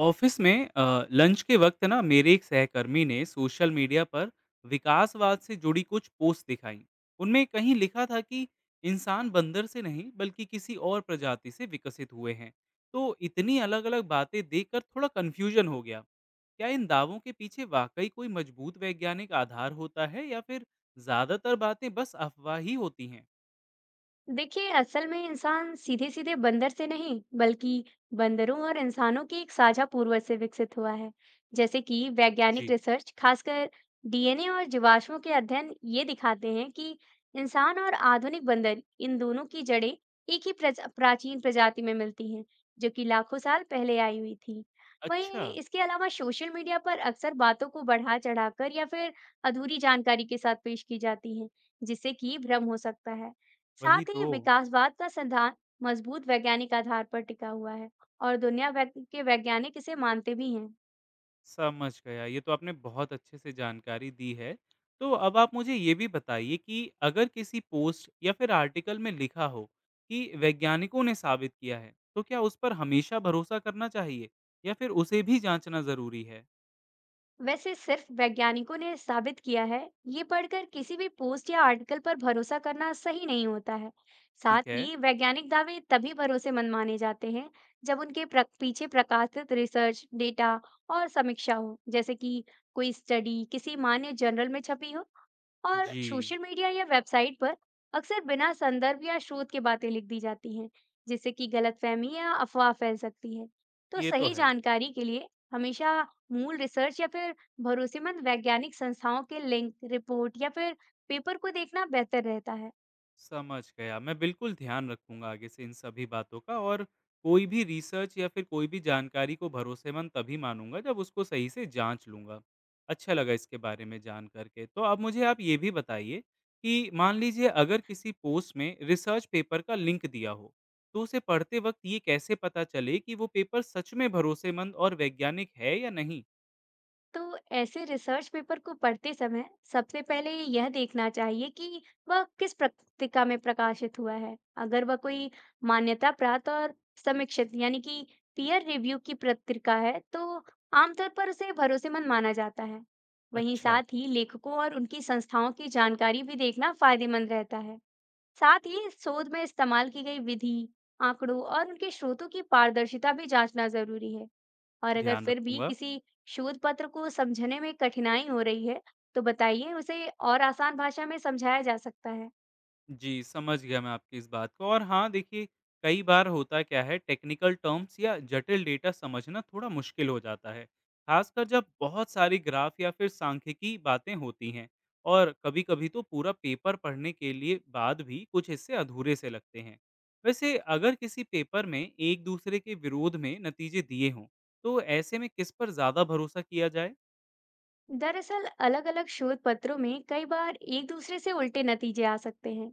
Office में lunch के वक्त ना मेरे एक सहकर्मी ने सोशल मीडिया पर विकासवाद से जुड़ी कुछ पोस्ट दिखाई। उनमें कहीं लिखा था कि इंसान बंदर से नहीं बल्कि किसी और प्रजाति से विकसित हुए हैं। तो इतनी अलग अलग बातें देखकर थोड़ा कन्फ्यूजन हो गया। क्या इन दावों के पीछे वाकई कोई मजबूत वैज्ञानिक आधार होता है या फिर ज्यादातर बातें बस अफवाह ही होती हैं? देखिए, असल में इंसान सीधे सीधे बंदर से नहीं, बल्कि बंदरों और इंसानों के एक साझा पूर्वज से विकसित हुआ है। जैसे कि वैज्ञानिक जी। रिसर्च, खासकर डीएनए और जीवाश्मों के अध्ययन ये दिखाते हैं कि इंसान और आधुनिक बंदर, इन दोनों की जड़ें एक ही प्रज, प्राचीन प्रजाति में मिलती हैं, जो कि लाखों साल पहले आई हुई थी। अच्छा। वहीं इसके अलावा सोशल मीडिया पर अक्सर बातों को बढ़ा चढ़ाकर या फिर अधूरी जानकारी के साथ पेश की जाती है, जिससे कि भ्रम हो सकता है। वही साथ तो। ही विकासवाद का सिद्धांत मजबूत वैज्ञानिक आधार पर टिका हुआ है और दुनिया भर के वैज्ञानिक इसे मानते भी हैं। समझ गया। ये तो आपने बहुत अच्छे से जानकारी दी है। तो अब आप मुझे ये भी बताइए कि अगर किसी पोस्ट या फिर आर्टिकल में लिखा हो कि वैज्ञानिकों ने साबित किया है, तो क्या उस पर हमेशा भरोसा करना चाहिए या फिर उसे भी जाँचना ज़रूरी है? वैसे सिर्फ वैज्ञानिकों ने साबित किया है, ये पढ़कर किसी भी पोस्ट या आर्टिकल पर भरोसा करना सही नहीं होता है। साथ ठीक है। ही वैज्ञानिक दावे तभी भरोसेमंद माने जाते हैं, जब उनके पीछे प्रकाशित रिसर्च डेटा और समीक्षा हो। जैसे कि कोई स्टडी किसी मान्य जर्नल में छपी हो। और जी। सोशल मीडिया या वेबसाइट पर अक्सर बिना संदर्भ या स्रोत के बातें लिख दी जाती हैं, जिससे कि गलतफहमी या अफवाह फैल सकती है। तो ये तो सही है। जानकारी के लिए हमेशा मूल रिसर्च या फिर भरोसेमंद वैज्ञानिक संस्थाओं के लिंक, रिपोर्ट या फिर पेपर को देखना बेहतर रहता है। समझ गया। मैं बिल्कुल ध्यान रखूँगा आगे से इन सभी बातों का और कोई भी रिसर्च या फिर कोई भी जानकारी को भरोसेमंद तभी मानूँगा जब उसको सही से जाँच लूँगा। अच्छा लगा इसके बारे में जान कर के। तो अब मुझे आप ये भी बताइए कि मान लीजिए अगर किसी पोस्ट में रिसर्च पेपर का लिंक दिया हो, तो उसे पढ़ते वक़्त ये कैसे पता चले कि वो पेपर सच में भरोसेमंद और वैज्ञानिक है या नहीं? तो ऐसे रिसर्च पेपर को पढ़ते समय सबसे पहले यह देखना चाहिए कि वह किस पत्रिका में प्रकाशित हुआ है। अगर वह कोई मान्यता प्राप्त और समीक्षित, यानी कि पीयर रिव्यू की पत्रिका है, तो आमतौर पर उसे भरोसेमंद माना जाता है। वहीं अच्छा। साथ ही लेखकों और उनकी संस्थाओं की जानकारी भी देखना फायदेमंद रहता है। साथ ही इस शोध में इस्तेमाल की गई विधि, आंकड़ों और उनके स्रोतों की पारदर्शिता भी जांचना जरूरी है। और अगर ध्यान फिर भी रखूँगा। किसी शोध पत्र को समझने में कठिनाई हो रही है, तो बताइए, उसे और आसान भाषा में समझाया जा सकता है। जी, समझ गया मैं आपकी इस बात को। और हाँ, देखिए कई बार होता क्या है, टेक्निकल टर्म्स या जटिल डेटा समझना थोड़ा मुश्किल हो जाता है, ख़ासकर जब बहुत सारी ग्राफ या फिर सांख्यिकी बातें होती हैं। और कभी-कभी तो पूरा पेपर पढ़ने के लिए बाद भी कुछ हिस्से अधूरे से लगते हैं। वैसे अगर किसी पेपर में एक दूसरे के विरोध में नतीजे दिए हों, तो ऐसे में किस पर ज़्यादा भरोसा किया जाए? दरअसल अलग-अलग शोध पत्रों में कई बार एक दूसरे से उल्टे नतीजे आ सकते हैं,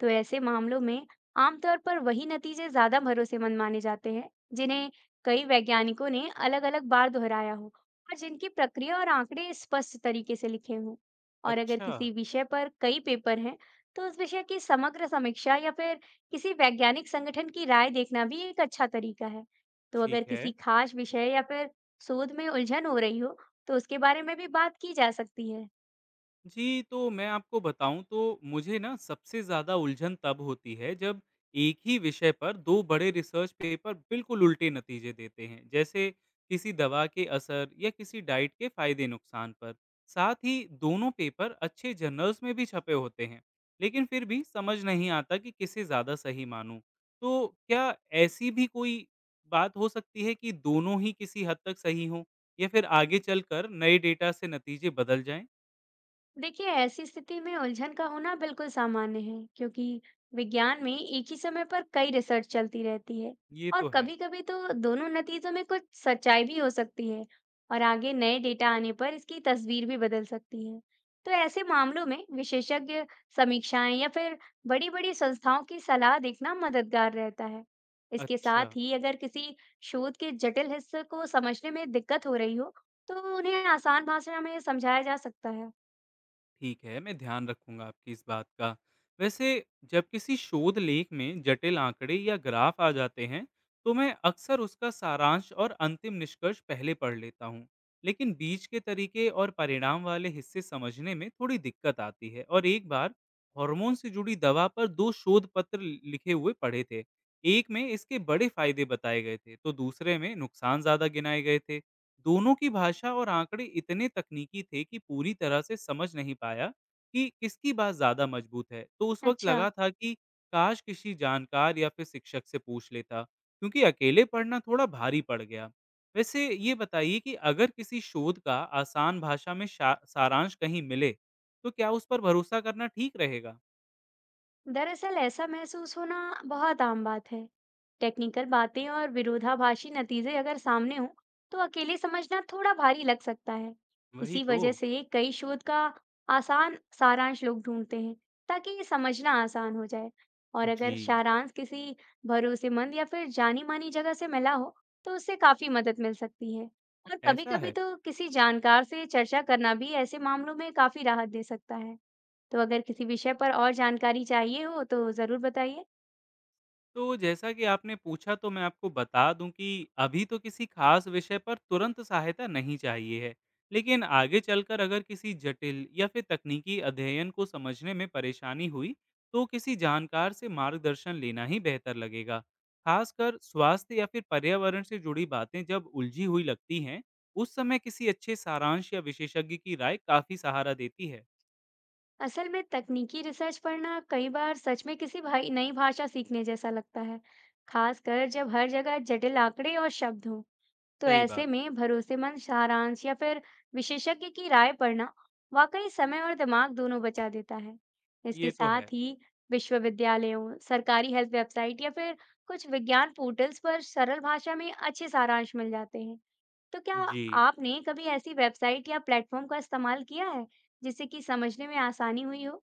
तो ऐसे मामलों में आमतौर पर वही नतीजे ज्यादा भरोसेमंद माने जाते हैं, जिन्हें कई वैज्ञानिकों ने अलग-अलग बार दोहराया हो और जिनकी प्रक्रिया और आंकड़े स्पष्ट तरीके से लिखे हों। और अगर अच्छा। किसी विषय पर कई पेपर हैं, तो उस विषय की समग्र समीक्षा या फिर किसी वैज्ञानिक संगठन की राय देखना भी एक अच्छा तरीका है। तो अगर ठीक है। किसी खास विषय या फिर शोध में उलझन हो रही हो, तो उसके बारे में भी बात की जा सकती है। जी, तो मैं आपको बताऊँ तो मुझे ना सबसे ज़्यादा उलझन तब होती है जब एक ही विषय पर 2 बड़े रिसर्च पेपर बिल्कुल उल्टे नतीजे देते हैं। जैसे किसी दवा के असर या किसी डाइट के फ़ायदे-नुकसान पर। साथ ही दोनों पेपर अच्छे जर्नल्स में भी छपे होते हैं, लेकिन फिर भी समझ नहीं आता कि किसे ज़्यादा सही मानूँ। तो क्या ऐसी भी कोई बात हो सकती है कि दोनों ही किसी हद तक सही हों या फिर आगे चलकर नए डेटा से नतीजे बदल जाएँ? देखिए, ऐसी स्थिति में उलझन का होना बिल्कुल सामान्य है, क्योंकि विज्ञान में एक ही समय पर कई रिसर्च चलती रहती है। ये और तो है। कभी-कभी तो दोनों नतीजों में कुछ सच्चाई भी हो सकती है और आगे नए डेटा आने पर इसकी तस्वीर भी बदल सकती है। तो ऐसे मामलों में विशेषज्ञ समीक्षाएं या फिर बड़ी-बड़ी संस्थाओं की सलाह देखना मददगार रहता है। इसके अच्छा। साथ ही अगर किसी शोध के जटिल हिस्से को समझने में दिक्कत हो रही हो, तो उन्हें आसान भाषा में समझाया जा सकता है। ठीक है, मैं ध्यान रखूँगा आपकी इस बात का। वैसे जब किसी शोध लेख में जटिल आंकड़े या ग्राफ आ जाते हैं, तो मैं अक्सर उसका सारांश और अंतिम निष्कर्ष पहले पढ़ लेता हूँ। लेकिन बीच के तरीके और परिणाम वाले हिस्से समझने में थोड़ी दिक्कत आती है। और एक बार हार्मोन से जुड़ी दवा पर 2 शोध पत्र लिखे हुए पढ़े थे। एक में इसके बड़े फायदे बताए गए थे, तो दूसरे में नुकसान ज़्यादा गिनाए गए थे। दोनों की भाषा और आंकड़े इतने तकनीकी थे कि पूरी तरह से समझ नहीं पाया कि किसकी बात ज्यादा मजबूत है। तो उस वक्त अच्छा, लगा था कि काश किसी जानकार या फिर शिक्षक से पूछ लेता, क्योंकि अकेले पढ़ना थोड़ा भारी पड़ गया। वैसे ये बताइए कि अगर किसी शोध का आसान भाषा में सारांश कहीं मिले तो क्या उस पर भरोसा करना ठीक रहेगा? दरअसल ऐसा महसूस होना बहुत आम बात है। टेक्निकल बातें और विरोधाभासी नतीजे अगर सामने हों, तो अकेले समझना थोड़ा भारी लग सकता है। वही इसी तो। वजह से कई शोध का आसान सारांश लोग ढूंढते हैं, ताकि ये समझना आसान हो जाए। और अगर जी। सारांश किसी भरोसेमंद या फिर जानी-मानी जगह से मिला हो, तो उससे काफी मदद मिल सकती है। और ऐसा कभी-कभी है। तो किसी जानकार से चर्चा करना भी ऐसे मामलों में काफी राहत दे सकता है। तो अगर किसी विषय पर और जानकारी चाहिए हो तो ज़रूर बताइए। तो जैसा कि आपने पूछा तो मैं आपको बता दूं कि अभी तो किसी खास विषय पर तुरंत सहायता नहीं चाहिए है, लेकिन आगे चलकर अगर किसी जटिल या फिर तकनीकी अध्ययन को समझने में परेशानी हुई, तो किसी जानकार से मार्गदर्शन लेना ही बेहतर लगेगा। खासकर स्वास्थ्य या फिर पर्यावरण से जुड़ी बातें जब उलझी हुई लगती हैं, उस समय किसी अच्छे सारांश या विशेषज्ञ की राय काफी सहारा देती है। असल में तकनीकी रिसर्च पढ़ना कई बार सच में किसी भाई नई भाषा सीखने जैसा लगता है, खासकर जब हर जगह जटिल आंकड़े और शब्द हों। तो सही ऐसे बात। में भरोसेमंद सारांश या फिर विशेषज्ञ की राय पढ़ना वाकई समय और दिमाग दोनों बचा देता है। इसके ये तो है। साथ ही विश्वविद्यालयों, सरकारी हेल्थ वेबसाइट या फिर कुछ विज्ञान पोर्टल्स पर सरल भाषा में अच्छे सारांश मिल जाते हैं। तो क्या जी। आपने कभी ऐसी वेबसाइट या प्लेटफॉर्म का इस्तेमाल किया है, जिससे कि समझने में आसानी हुई हो?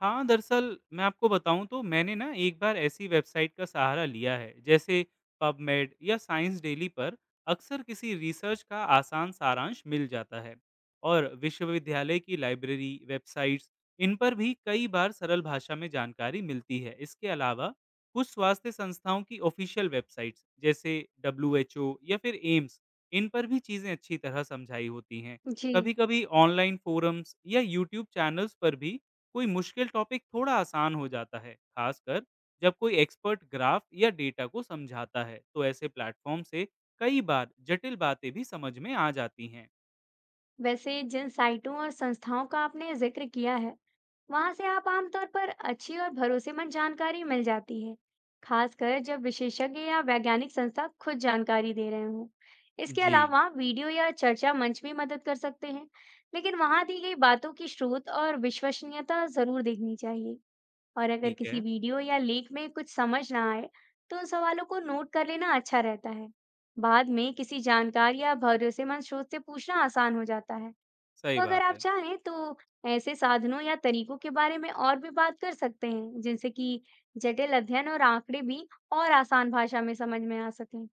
हाँ, दरअसल मैं आपको बताऊँ तो मैंने ना एक बार ऐसी वेबसाइट का सहारा लिया है, जैसे पबमेड या साइंस डेली पर अक्सर किसी रिसर्च का आसान सारांश मिल जाता है। और विश्वविद्यालय की लाइब्रेरी, वेबसाइट्स इन पर भी कई बार सरल भाषा में जानकारी मिलती है। इसके अलावा कुछ स्वास्थ्य संस्थाओं की ऑफ़िशियल वेबसाइट्स जैसे डब्ल्यूएचओ या फिर एम्स, इन पर भी चीज़ें अच्छी तरह समझाई होती हैं। जी, कभी-कभी ऑनलाइन फ़ोरम्स या यूट्यूब चैनल्स पर भी कोई मुश्किल टॉपिक थोड़ा आसान हो जाता है, खासकर जब कोई एक्सपर्ट ग्राफ या डेटा को समझाता है, तो ऐसे प्लेटफॉर्म से कई बार जटिल बातें भी समझ में आ जाती हैं। वैसे जिन साइटों और संस्थाओं का आपने जिक्र किया है, वहां से आप आमतौर पर अच्छी और भरोसेमंद जानकारी मिल जाती है, खासकर जब विशेषज्ञ या वैज्ञानिक संस्था खुद जानकारी दे रहे हों। इसके जी। अलावा वीडियो या चर्चा मंच भी मदद कर सकते हैं, लेकिन वहां दी गई बातों की स्रोत और विश्वसनीयता जरूर देखनी चाहिए। और अगर ठीक किसी है, वीडियो या लेख में कुछ समझ ना आए, तो उन सवालों को नोट कर लेना अच्छा रहता है। बाद में किसी जानकार या भरोसेमंद स्रोत से पूछना आसान हो जाता है। सही तो अगर बात आप है। चाहें तो ऐसे साधनों या तरीकों के बारे में और भी बात कर सकते हैं, जिनसे कि जटिल अध्ययन और आंकड़े भी और आसान भाषा में समझ में आ सकें।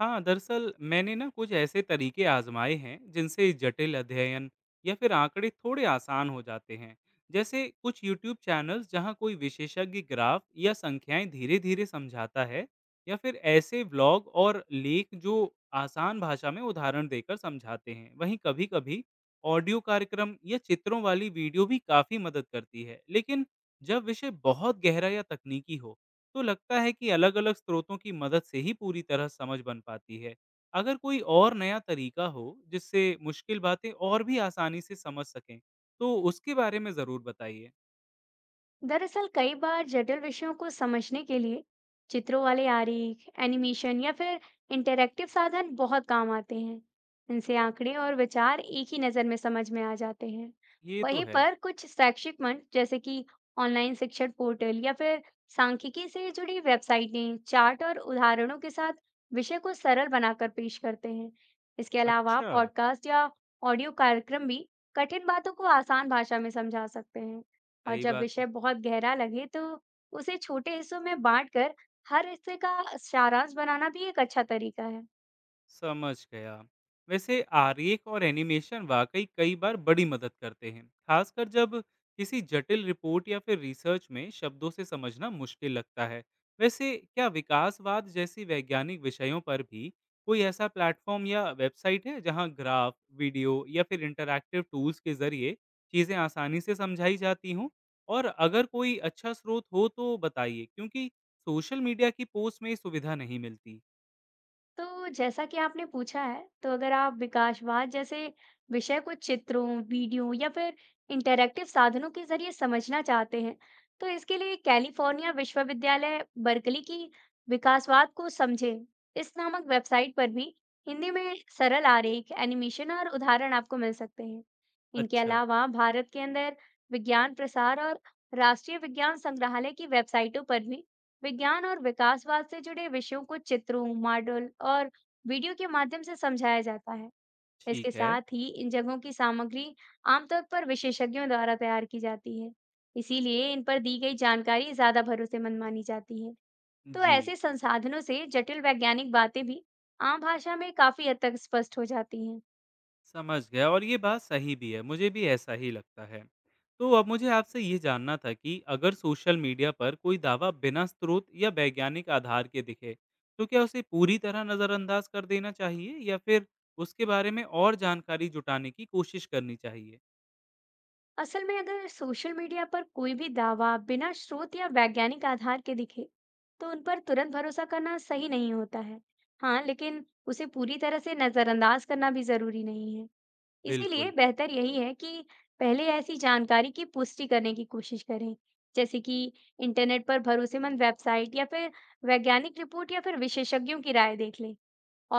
हाँ, दरअसल मैंने ना कुछ ऐसे तरीके आजमाए हैं जिनसे जटिल अध्ययन या फिर आंकड़े थोड़े आसान हो जाते हैं। जैसे कुछ यूट्यूब चैनल्स जहाँ कोई विशेषज्ञ ग्राफ या संख्याएं धीरे धीरे समझाता है, या फिर ऐसे ब्लॉग और लेख जो आसान भाषा में उदाहरण देकर समझाते हैं। वहीं कभी कभी ऑडियो कार्यक्रम या चित्रों वाली वीडियो भी काफ़ी मदद करती है, लेकिन जब विषय बहुत गहरा या तकनीकी हो तो लगता है कि अलग-अलग स्रोतों की मदद से ही पूरी तरह समझ बन पाती है। अगर कोई और नया तरीका हो जिससे मुश्किल बातें और भी आसानी से समझ सकें, तो उसके बारे में ज़रूर बताइए। दरअसल कई बार जटिल विषयों को समझने के लिए चित्रों वाले आरेख, एनिमेशन या फिर इंटरैक्टिव साधन बहुत काम आते हैं। इनसे आंकड़े और विचार एक ही नज़र में समझ में आ जाते हैं। ये तो वहीं है। पर कुछ शैक्षिक मंच, जैसे कि ऑनलाइन शिक्षण पोर्टल या फिर सांख्यिकी से जुड़ी वेबसाइटें चार्ट और उदाहरणों के साथ विषय को सरल बनाकर पेश करते हैं। इसके अलावा अच्छा। पॉडकास्ट या ऑडियो कार्यक्रम भी कठिन बातों को आसान भाषा में समझा सकते हैं। और सही जब बात है। विषय बहुत गहरा लगे, तो उसे छोटे हिस्सों में बांटकर हर हिस्से का सारांश बनाना भी एक अच्छा तरीका है। समझ गया। वैसे आरेख और एनिमेशन वाकई कई बार बड़ी मदद करते हैं, खासकर जब किसी जटिल रिपोर्ट या फिर रिसर्च में शब्दों से समझना मुश्किल लगता है। वैसे क्या विकासवाद जैसी वैज्ञानिक विषयों पर भी कोई ऐसा प्लेटफॉर्म या वेबसाइट है जहां ग्राफ, वीडियो या फिर इंटरैक्टिव टूल्स के जरिए चीज़ें आसानी से समझाई जाती हों? और अगर कोई अच्छा स्रोत हो तो बताइए, क्योंकि सोशल मीडिया की पोस्ट में ये सुविधा नहीं मिलती। तो जैसा कि आपने पूछा है, तो अगर आप विकासवाद जैसे विषय को चित्रों, वीडियो या फिर इंटरैक्टिव साधनों के जरिए समझना चाहते हैं, तो इसके लिए कैलिफोर्निया विश्वविद्यालय बर्कली की विकासवाद को समझे इस नामक वेबसाइट पर भी हिंदी में सरल आरेख, एनिमेशन और उदाहरण आपको मिल सकते हैं। इनके अच्छा। अलावा भारत के अंदर विज्ञान प्रसार और राष्ट्रीय विज्ञान संग्रहालय की वेबसाइटों पर भी विज्ञान और विकासवाद से जुड़े विषयों को चित्रों, मॉडल और वीडियो के माध्यम से समझाया जाता है। इसके ठीक है। साथ ही इन जगहों की सामग्री आमतौर पर विशेषज्ञों द्वारा तैयार की जाती है। इसीलिए इन पर दी गई जानकारी ज्यादा भरोसेमंद मानी जाती है। तो जी, ऐसे संसाधनों से जटिल वैज्ञानिक बातें भी आम भाषा में काफी हद तक स्पष्ट हो जाती हैं। समझ गया और ये बात सही भी है, मुझे भी ऐसा ही लगता है। तो अब मुझे आपसे ये जानना था कि अगर सोशल मीडिया पर कोई दावा बिना स्रोत या वैज्ञानिक आधार के दिखे, तो क्या उसे पूरी तरह नज़रअंदाज कर देना चाहिए या फिर उसके बारे में और जानकारी जुटाने की कोशिश करनी चाहिए? असल में अगर सोशल मीडिया पर कोई भी दावा बिना स्रोत या वैज्ञानिक आधार के दिखे, तो उन पर तुरंत भरोसा करना सही नहीं होता है। हाँ, लेकिन उसे पूरी तरह से नजरअंदाज करना भी जरूरी नहीं है। इसीलिए बिल्कुल। बेहतर यही है कि पहले ऐसी जानकारी की पुष्टि करने की कोशिश करें, जैसे कि इंटरनेट पर भरोसेमंद वेबसाइट या फिर वैज्ञानिक रिपोर्ट या फिर विशेषज्ञों की राय देख लें।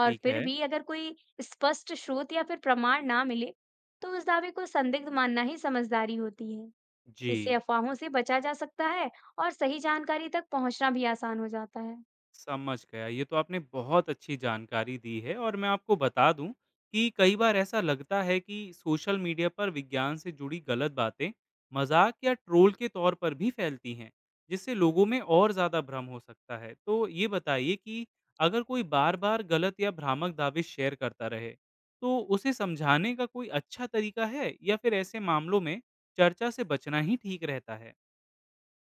और फिर है। भी अगर कोई स्पष्ट स्रोत या फिर प्रमाण ना मिले, तो उस दावे को संदिग्ध मानना ही समझदारी होती है। जी। इससे अफवाहों से बचा जा सकता है और सही जानकारी तक पहुंचना भी आसान हो जाता है। समझ गया। ये तो आपने बहुत अच्छी जानकारी दी है। और मैं आपको बता दूं कि कई बार ऐसा लगता है कि सोशल मीडिया पर विज्ञान से जुड़ी गलत बातें मजाक या ट्रोल के तौर पर भी फैलती हैं, जिससे लोगों में और ज़्यादा भ्रम हो सकता है। तो ये बताइए कि अगर कोई बार बार गलत या भ्रामक दावे शेयर करता रहे तो उसे समझाने का कोई अच्छा तरीका है या फिर ऐसे मामलों में चर्चा से बचना ही ठीक रहता है?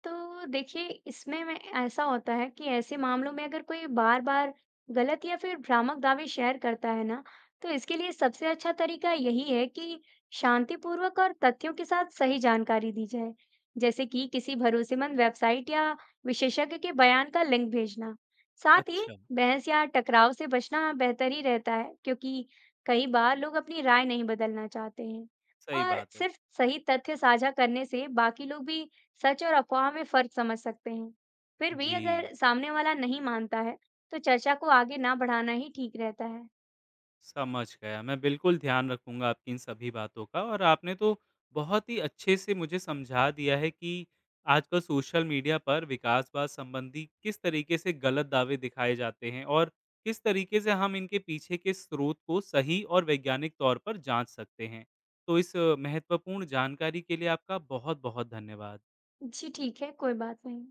तो देखिए, इसमें में ऐसा होता है कि ऐसे मामलों में अगर कोई बार-बार गलत या फिर भ्रामक दावे शेयर करता है ना, तो इसके लिए सबसे अच्छा तरीका यही है कि शांतिपूर्वक और तथ्यों के साथ सही जानकारी दी जाए। जैसे कि किसी भरोसेमंद वेबसाइट या विशेषज्ञ के बयान का लिंक भेजना। साथ ही अच्छा। बहस या टकराव से बचना बेहतर ही रहता है, क्योंकि कई बार लोग अपनी राय नहीं बदलना चाहते हैं। सही और बात है। सिर्फ सही तथ्य साझा करने से बाकी लोग भी सच और अफवाह में फर्क समझ सकते हैं। फिर भी जी। अगर सामने वाला नहीं मानता है, तो चर्चा को आगे ना बढ़ाना ही ठीक रहता है। समझ गया। मैं बिल्कुल ध्यान रखूँगा आपकी इन सभी बातों का और आपने तो बहुत ही अच्छे से मुझे समझा दिया है कि आजकल सोशल मीडिया पर विकासवाद संबंधी किस तरीके से गलत दावे दिखाए जाते हैं और किस तरीके से हम इनके पीछे के स्रोत को सही और वैज्ञानिक तौर पर जांच सकते हैं। तो इस महत्वपूर्ण जानकारी के लिए आपका बहुत-बहुत धन्यवाद। जी, ठीक है, कोई बात नहीं।